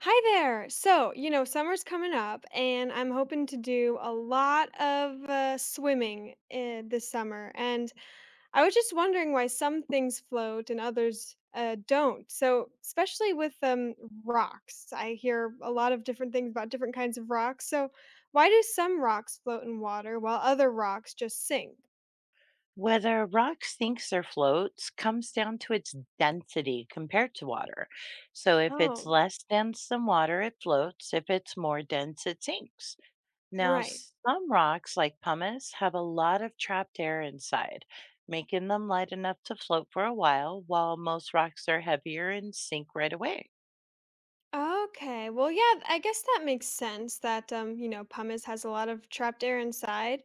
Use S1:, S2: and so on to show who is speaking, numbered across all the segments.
S1: Hi there. So, summer's coming up, and I'm hoping to do a lot of swimming this summer. And I was just wondering why some things float and others don't. So, especially with rocks, I hear a lot of different things about different kinds of rocks. So, why do some rocks float in water while other rocks just sink?
S2: Whether a rock sinks or floats comes down to its density compared to water. So, if it's
S1: Oh,
S2: less dense than water, it floats. If it's more dense, it sinks. Now,
S1: right.
S2: some rocks, like pumice, have a lot of trapped air inside, making them light enough to float for a while most rocks are heavier and sink right away.
S1: Okay. Well, yeah, I guess that makes sense that pumice has a lot of trapped air inside.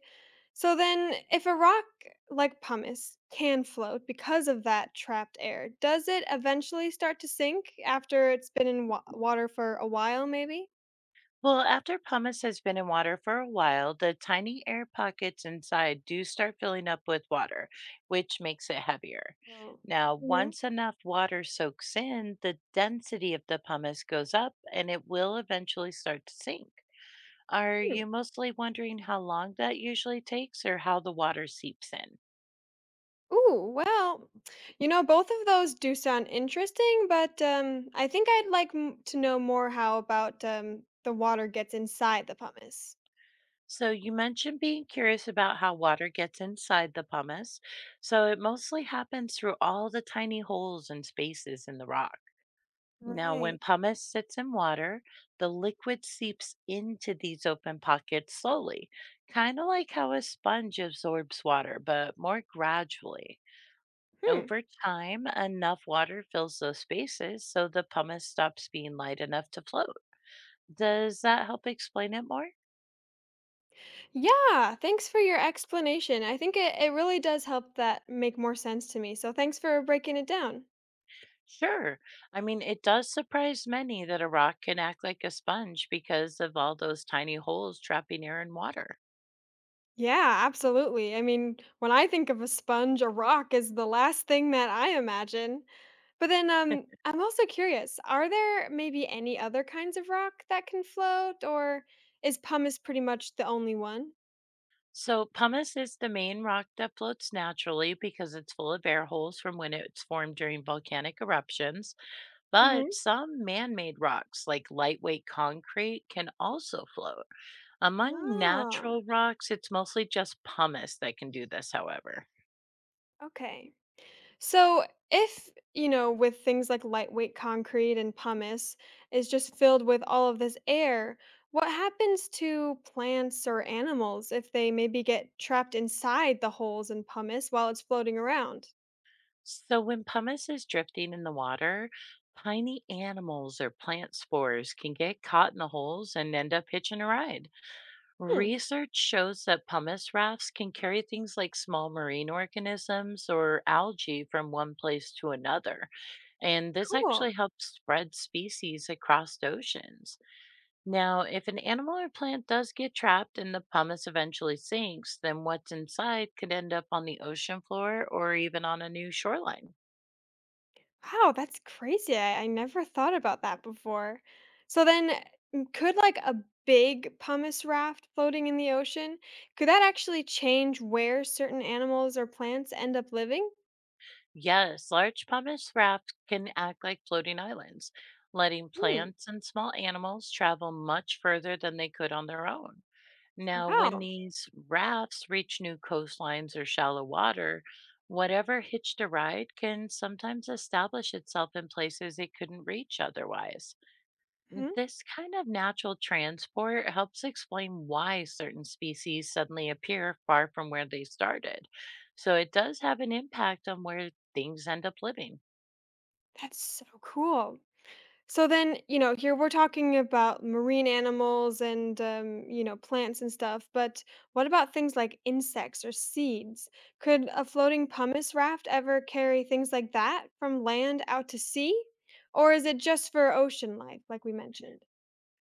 S1: So then, if a rock like pumice can float because of that trapped air, does it eventually start to sink after it's been in water for a while, maybe?
S2: Well, after pumice has been in water for a while, the tiny air pockets inside do start filling up with water, which makes it heavier.
S1: Well,
S2: Now,
S1: hmm.
S2: once enough water soaks in, the density of the pumice goes up and it will eventually start to sink. Are you mostly wondering how long that usually takes or how the water seeps in?
S1: Ooh, well, both of those do sound interesting, but I think I'd like to know more how about the water gets inside the pumice.
S2: So, you mentioned being curious about how water gets inside the pumice. So, it mostly happens through all the tiny holes and spaces in the rock. Now, when
S1: Right.
S2: pumice sits in water, the liquid seeps into these open pockets slowly, kind of like how a sponge absorbs water, but more gradually.
S1: Hmm.
S2: Over time, enough water fills those spaces so the pumice stops being light enough to float. Does that help explain it more?
S1: Yeah, thanks for your explanation. I think it really does help that make more sense to me. So thanks for breaking it down.
S2: Sure. I mean, it does surprise many that a rock can act like a sponge because of all those tiny holes trapping air and water.
S1: Yeah, absolutely. I mean, when I think of a sponge, a rock is the last thing that I imagine. But then I'm also curious, are there maybe any other kinds of rock that can float, or is pumice pretty much the only one?
S2: So, pumice is the main rock that floats naturally because it's full of air holes from when it's formed during volcanic eruptions.
S1: Mm-hmm.
S2: But some man made rocks, like lightweight concrete, can also float. Among
S1: Oh,
S2: natural rocks, it's mostly just pumice that can do this, however.
S1: okay. So, if with things like lightweight concrete and pumice is just filled with all of this air, what happens to plants or animals if they maybe get trapped inside the holes in pumice while it's floating around?
S2: So, when pumice is drifting in the water, tiny animals or plant spores can get caught in the holes and end up hitching a ride.
S1: Hmm,
S2: Research shows that pumice rafts can carry things like small marine organisms or algae from one place to another. And this actually
S1: cool.
S2: helps spread species across oceans. Now, if an animal or plant does get trapped and the pumice eventually sinks, then what's inside could end up on the ocean floor or even on a new shoreline.
S1: Wow, that's crazy. I never thought about that before. So then mm, could like a big pumice raft floating in the ocean, could that actually change where certain animals or plants end up living?
S2: Yes, large pumice rafts can act like floating islands, letting
S1: Hmm,
S2: plants and small animals travel much further than they could on their own. Now, when
S1: wow.
S2: these rafts reach new coastlines or shallow water, whatever hitched a ride can sometimes establish itself in places it couldn't reach otherwise.
S1: Hmm?
S2: This kind of natural transport helps explain why certain species suddenly appear far from where they started. So it does have an impact on where things end up living.
S1: That's so cool. So then, here we're talking about marine animals and, plants and stuff, but what about things like insects or seeds? Could a floating pumice raft ever carry things like that from land out to sea? Or is it just for ocean life, like we mentioned?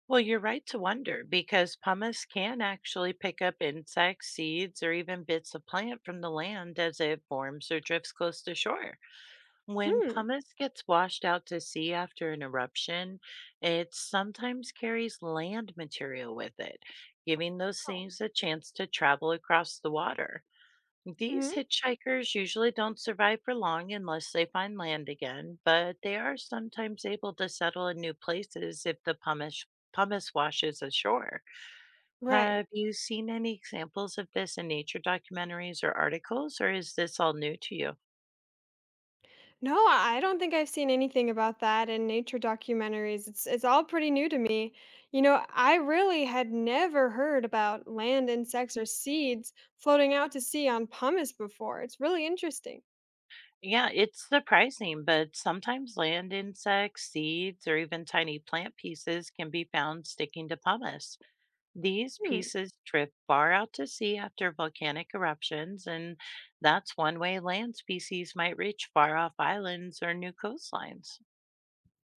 S2: Well, you're right to wonder because pumice can actually pick up insects, seeds, or even bits of plant from the land as it forms or drifts close to shore. When
S1: Hmm.
S2: pumice gets washed out to sea after an eruption, it sometimes carries land material with it, giving those
S1: Oh.
S2: things a chance to travel across the water. These
S1: Hmm.
S2: hitchhikers usually don't survive for long unless they find land again, but they are sometimes able to settle in new places if the pumice washes ashore.
S1: Right.
S2: Have you seen any examples of this in nature documentaries or articles, or is this all new to you?
S1: No, I don't think I've seen anything about that in nature documentaries. It's all pretty new to me. I really had never heard about land insects or seeds floating out to sea on pumice before. It's really interesting.
S2: Yeah, it's surprising, but sometimes land insects, seeds, or even tiny plant pieces can be found sticking to pumice. These
S1: Hmm.
S2: pieces drift far out to sea after volcanic eruptions, and that's one way land species might reach far off islands or new coastlines.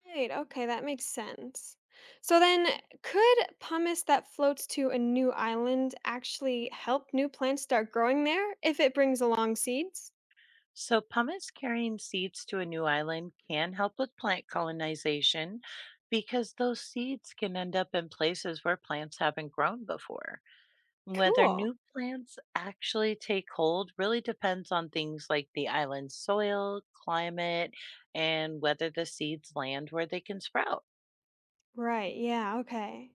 S1: Right. Okay, that makes sense. So then, could pumice that floats to a new island actually help new plants start growing there if it brings along seeds?
S2: So, pumice carrying seeds to a new island can help with plant colonization because those seeds can end up in places where plants haven't grown before. Whether
S1: Cool.
S2: new plants actually take hold really depends on things like the island's soil, climate, and whether the seeds land where they can sprout.
S1: Right. Yeah. Okay.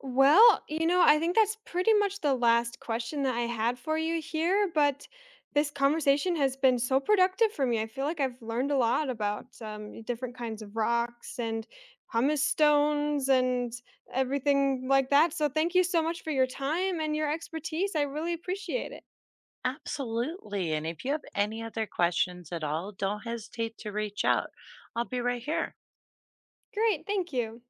S1: Well, I think that's pretty much the last question that I had for you here, but this conversation has been so productive for me. I feel like I've learned a lot about different kinds of rocks and pumice stones and everything like that. So, thank you so much for your time and your expertise. I really appreciate it.
S2: Absolutely. And if you have any other questions at all, don't hesitate to reach out. I'll be right here.
S1: Great. Thank you.